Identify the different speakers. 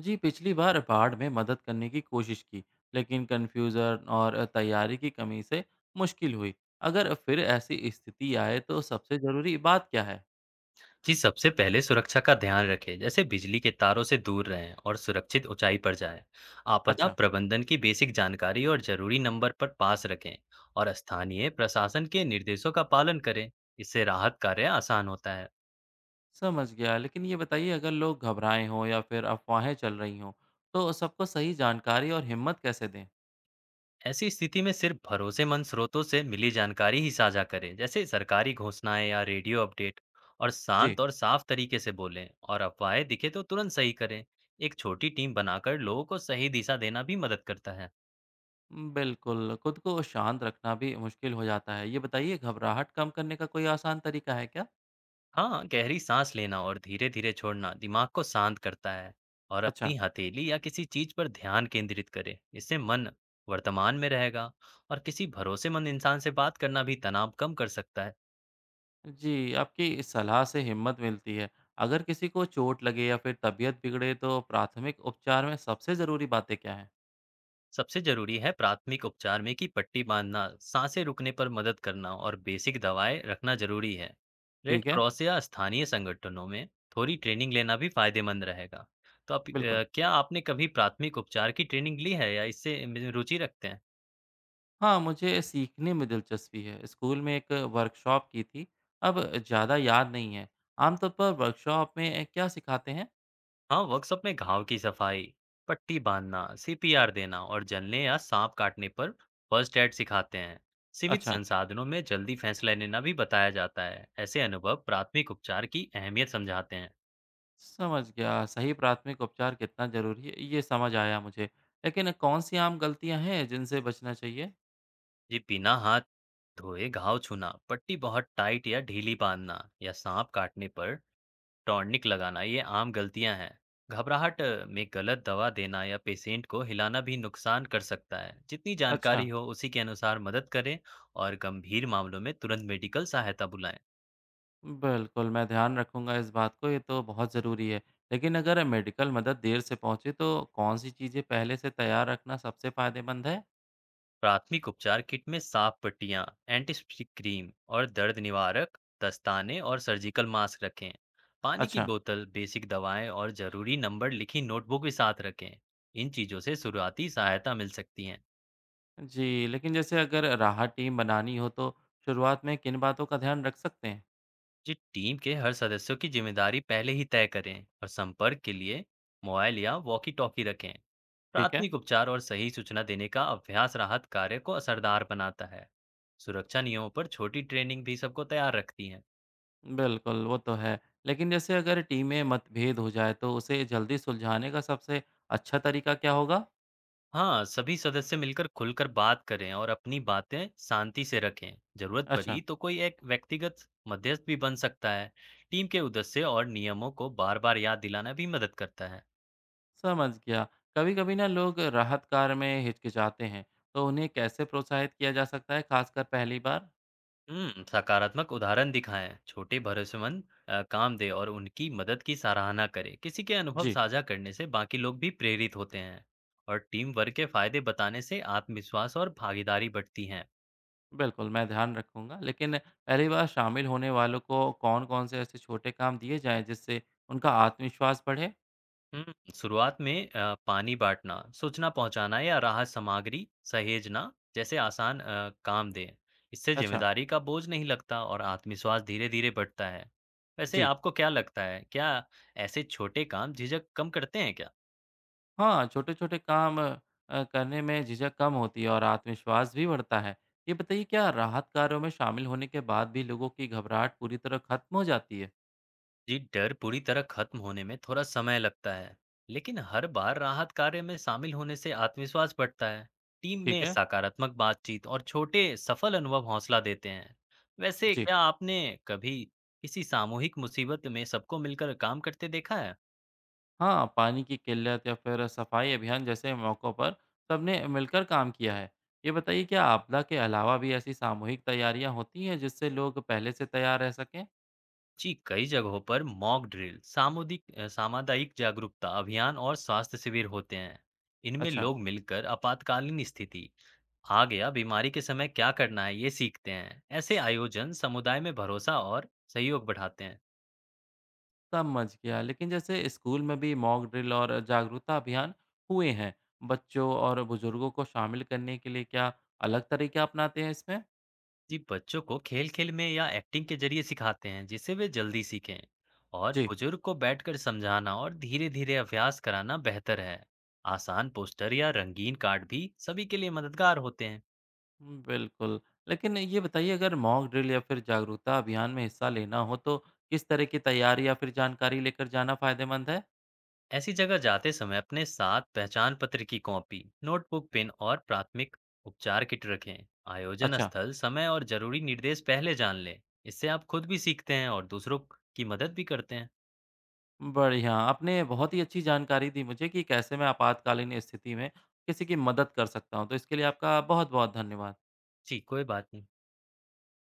Speaker 1: जी, पिछली बार बाढ़ में मदद करने की कोशिश की, लेकिन कन्फ्यूज़न और तैयारी की कमी से मुश्किल हुई। अगर फिर ऐसी स्थिति आए तो सबसे ज़रूरी बात क्या है?
Speaker 2: जी, सबसे पहले सुरक्षा का ध्यान रखें, जैसे बिजली के तारों से दूर रहें और सुरक्षित ऊंचाई पर जाएं। आपदा
Speaker 1: अच्छा।
Speaker 2: प्रबंधन की बेसिक जानकारी और जरूरी नंबर पर पास रखें और स्थानीय प्रशासन के निर्देशों का पालन करें। इससे राहत कार्य आसान होता है।
Speaker 1: समझ गया, लेकिन ये बताइए, अगर लोग घबराए हों या फिर अफवाहें चल रही हों, तो सबको सही जानकारी और हिम्मत कैसे दें?
Speaker 2: ऐसी स्थिति में सिर्फ भरोसेमंद स्रोतों से मिली जानकारी ही साझा करें, जैसे सरकारी घोषणाएं या रेडियो अपडेट। और
Speaker 1: जी।
Speaker 2: शांत और साफ तरीके से बोलें और अफवाहें दिखे तो तुरंत सही करें। एक छोटी टीम बनाकर लोगों को सही दिशा देना भी मदद करता है।
Speaker 1: बिल्कुल, खुद को शांत रखना भी मुश्किल हो जाता है। ये बताइए, घबराहट कम करने का कोई आसान तरीका है क्या?
Speaker 2: हाँ, गहरी साँस लेना और धीरे-धीरे छोड़ना दिमाग को शांत करता है। और अपनी
Speaker 1: अच्छा।
Speaker 2: हथेली या किसी चीज़ पर ध्यान केंद्रित करें। इससे मन वर्तमान में रहेगा। और किसी भरोसेमंद इंसान से बात करना भी तनाव कम कर सकता है।
Speaker 1: जी, आपकी सलाह से हिम्मत मिलती है। अगर किसी को चोट लगे या फिर तबीयत बिगड़े तो प्राथमिक उपचार में सबसे ज़रूरी बातें क्या हैं?
Speaker 2: सबसे ज़रूरी है प्राथमिक उपचार में कि पट्टी बाँधना, साँसें रुकने पर मदद करना और बेसिक दवाएँ रखना ज़रूरी है। रेड
Speaker 1: ठीक है।
Speaker 2: क्रॉस या स्थानीय संगठनों में थोड़ी ट्रेनिंग लेना भी फ़ायदेमंद रहेगा। तो आप अ,
Speaker 1: बिल्कुल।
Speaker 2: क्या आपने कभी प्राथमिक उपचार की ट्रेनिंग ली है या इससे में रुचि रखते हैं?
Speaker 1: हाँ, मुझे सीखने में दिलचस्पी है। स्कूल में एक वर्कशॉप की थी, अब ज़्यादा याद नहीं है। आमतौर पर वर्कशॉप में क्या सिखाते हैं?
Speaker 2: हाँ, वर्कशॉप में घाव की सफाई, पट्टी बांधना, सीपीआर देना और जलने या सांप काटने पर फर्स्ट एड सिखाते हैं। सीमित
Speaker 1: अच्छा,
Speaker 2: संसाधनों में जल्दी फैसला लेना भी बताया जाता है। ऐसे अनुभव प्राथमिक उपचार की अहमियत समझाते हैं।
Speaker 1: समझ गया। सही प्राथमिक उपचार कितना ज़रूरी है, ये समझ आया मुझे। लेकिन कौन-सी आम गलतियाँ हैं जिनसे बचना चाहिए?
Speaker 2: जी, बिना हाथ धोए घाव छूना, पट्टी बहुत टाइट या ढीली बांधना, या सांप काटने पर टॉनिक लगाना, ये आम गलतियां हैं। घबराहट में गलत दवा देना या पेशेंट को हिलाना भी नुकसान कर सकता है। जितनी
Speaker 1: अच्छा।
Speaker 2: जानकारी हो उसी के अनुसार मदद करें। और गंभीर मामलों में तुरंत मेडिकल सहायता बुलाएं।
Speaker 1: बिल्कुल, मैं ध्यान रखूँगा इस बात को, ये तो बहुत ज़रूरी है। लेकिन अगर मेडिकल मदद देर से पहुँचे तो कौन-सी चीज़ें पहले से तैयार रखना सबसे फ़ायदेमंद है?
Speaker 2: प्राथमिक उपचार किट में साफ पट्टियां, एंटीसेप्टिक क्रीम और दर्द निवारक, दस्ताने और सर्जिकल मास्क रखें। पानी की
Speaker 1: अच्छा।
Speaker 2: बोतल, बेसिक दवाएं और जरूरी नंबर लिखी नोटबुक भी साथ रखें। इन चीज़ों से शुरुआती सहायता मिल सकती है।
Speaker 1: जी, लेकिन जैसे अगर राहत टीम बनानी हो तो शुरुआत में किन बातों का ध्यान रख सकते हैं?
Speaker 2: जी, टीम के हर सदस्यों की जिम्मेदारी पहले ही तय करें और संपर्क के लिए मोबाइल या वॉकी टॉकी रखें।
Speaker 1: ठीक है।
Speaker 2: प्राथमिक उपचार और सही सूचना देने का अभ्यास राहत कार्य को असरदार बनाता है। सुरक्षा नियमों पर छोटी ट्रेनिंग भी सबको तैयार रखती है।
Speaker 1: बिल्कुल, वो तो है। लेकिन जैसे अगर टीम में मतभेद हो जाए तो उसे जल्दी सुलझाने का सबसे अच्छा तरीका क्या होगा?
Speaker 2: हाँ, सभी सदस्य मिलकर खुलकर बात करें और अपनी बातें शांति से रखें। जरूरत
Speaker 1: अच्छा।
Speaker 2: पड़ी तो कोई एक व्यक्तिगत मध्यस्थ भी बन सकता है। टीम के उद्देश्य और नियमों को बार बार याद दिलाना भी मदद करता है।
Speaker 1: समझ गया। कभी-कभी ना लोग राहत कार्य में हिचकिचाते हैं, तो उन्हें कैसे प्रोत्साहित किया जा सकता है, खासकर पहली बार?
Speaker 2: सकारात्मक उदाहरण दिखाएँ, छोटे भरोसेमंद काम दें और उनकी मदद की सराहना करें। किसी के अनुभव
Speaker 1: जी।
Speaker 2: साझा करने से बाकी लोग भी प्रेरित होते हैं। और टीम वर्क के फायदे बताने से आत्मविश्वास और भागीदारी बढ़ती है।
Speaker 1: बिल्कुल, मैं ध्यान रखूँगा। लेकिन पहली बार शामिल होने वालों को कौन-कौन से ऐसे छोटे काम दिए जाएँ, जिससे उनका आत्मविश्वास बढ़े?
Speaker 2: हुँ, शुरुआत में पानी बाँटना, सूचना पहुँचाना या राहत सामग्री सहेजना जैसे आसान काम दें। इससे
Speaker 1: अच्छा।
Speaker 2: जिम्मेदारी का बोझ नहीं लगता और आत्मविश्वास धीरे-धीरे बढ़ता है। वैसे
Speaker 1: जी।
Speaker 2: आपको क्या लगता है, क्या ऐसे छोटे काम झिझक कम करते हैं क्या?
Speaker 1: हाँ, छोटे-छोटे काम करने में झिझक कम होती है और आत्मविश्वास भी बढ़ता है। ये बताइए, क्या राहत कार्यों में शामिल होने के बाद भी लोगों की घबराहट पूरी तरह खत्म हो जाती है?
Speaker 2: जी, डर पूरी तरह खत्म होने में थोड़ा समय लगता है, लेकिन हर बार राहत कार्य में शामिल होने से आत्मविश्वास बढ़ता है। टीम
Speaker 1: ठीक
Speaker 2: में
Speaker 1: है।
Speaker 2: सकारात्मक बातचीत और छोटे सफल अनुभव हौसला देते हैं। वैसे
Speaker 1: जी।
Speaker 2: क्या आपने कभी किसी सामूहिक मुसीबत में सबको मिलकर काम करते देखा है?
Speaker 1: हाँ, पानी की किल्लत या फिर सफाई अभियान जैसे मौक़ों पर सबने मिलकर काम किया है। ये बताइए, क्या आपदा के अलावा भी ऐसी सामूहिक तैयारियां होती हैं जिससे लोग पहले से तैयार रह सकें?
Speaker 2: जी, कई जगहों पर मॉक ड्रिल, सामुदायिक जागरूकता अभियान और स्वास्थ्य शिविर होते हैं। इनमें
Speaker 1: अच्छा,
Speaker 2: लोग मिलकर आपातकालीन स्थिति आ गया बीमारी के समय क्या करना है ये सीखते हैं। ऐसे आयोजन समुदाय में भरोसा और सहयोग बढ़ाते हैं।
Speaker 1: समझ गया। लेकिन जैसे स्कूल में भी मॉक ड्रिल और जागरूकता अभियान हुए हैं। बच्चों और बुजुर्गों को शामिल करने के लिए क्या अलग तरीके अपनाते हैं इसमें?
Speaker 2: जी, बच्चों को खेल खेल में या एक्टिंग के जरिए सिखाते हैं, जिससे वे जल्दी सीखें। और
Speaker 1: जी।
Speaker 2: बुजुर्ग को बैठकर समझाना और धीरे धीरे अभ्यास कराना बेहतर है। आसान पोस्टर या रंगीन कार्ड भी सभी के लिए मददगार होते हैं।
Speaker 1: बिल्कुल। लेकिन ये बताइए, अगर मॉक ड्रिल या फिर जागरूकता अभियान में हिस्सा लेना हो तो किस तरह की तैयारी या फिर जानकारी लेकर जाना फायदेमंद है?
Speaker 2: ऐसी जगह जाते समय अपने साथ पहचान पत्र की कॉपी, नोटबुक, पेन और प्राथमिक उपचार किट रखें। आयोजन
Speaker 1: अच्छा,
Speaker 2: स्थल, समय और जरूरी निर्देश पहले जान लें। इससे आप खुद भी सीखते हैं और दूसरों की मदद भी करते हैं।
Speaker 1: बढ़िया। आपने बहुत ही अच्छी जानकारी दी मुझे कि कैसे मैं आपातकालीन स्थिति में किसी की मदद कर सकता हूँ, तो इसके लिए आपका बहुत-बहुत धन्यवाद।
Speaker 2: जी, कोई बात नहीं।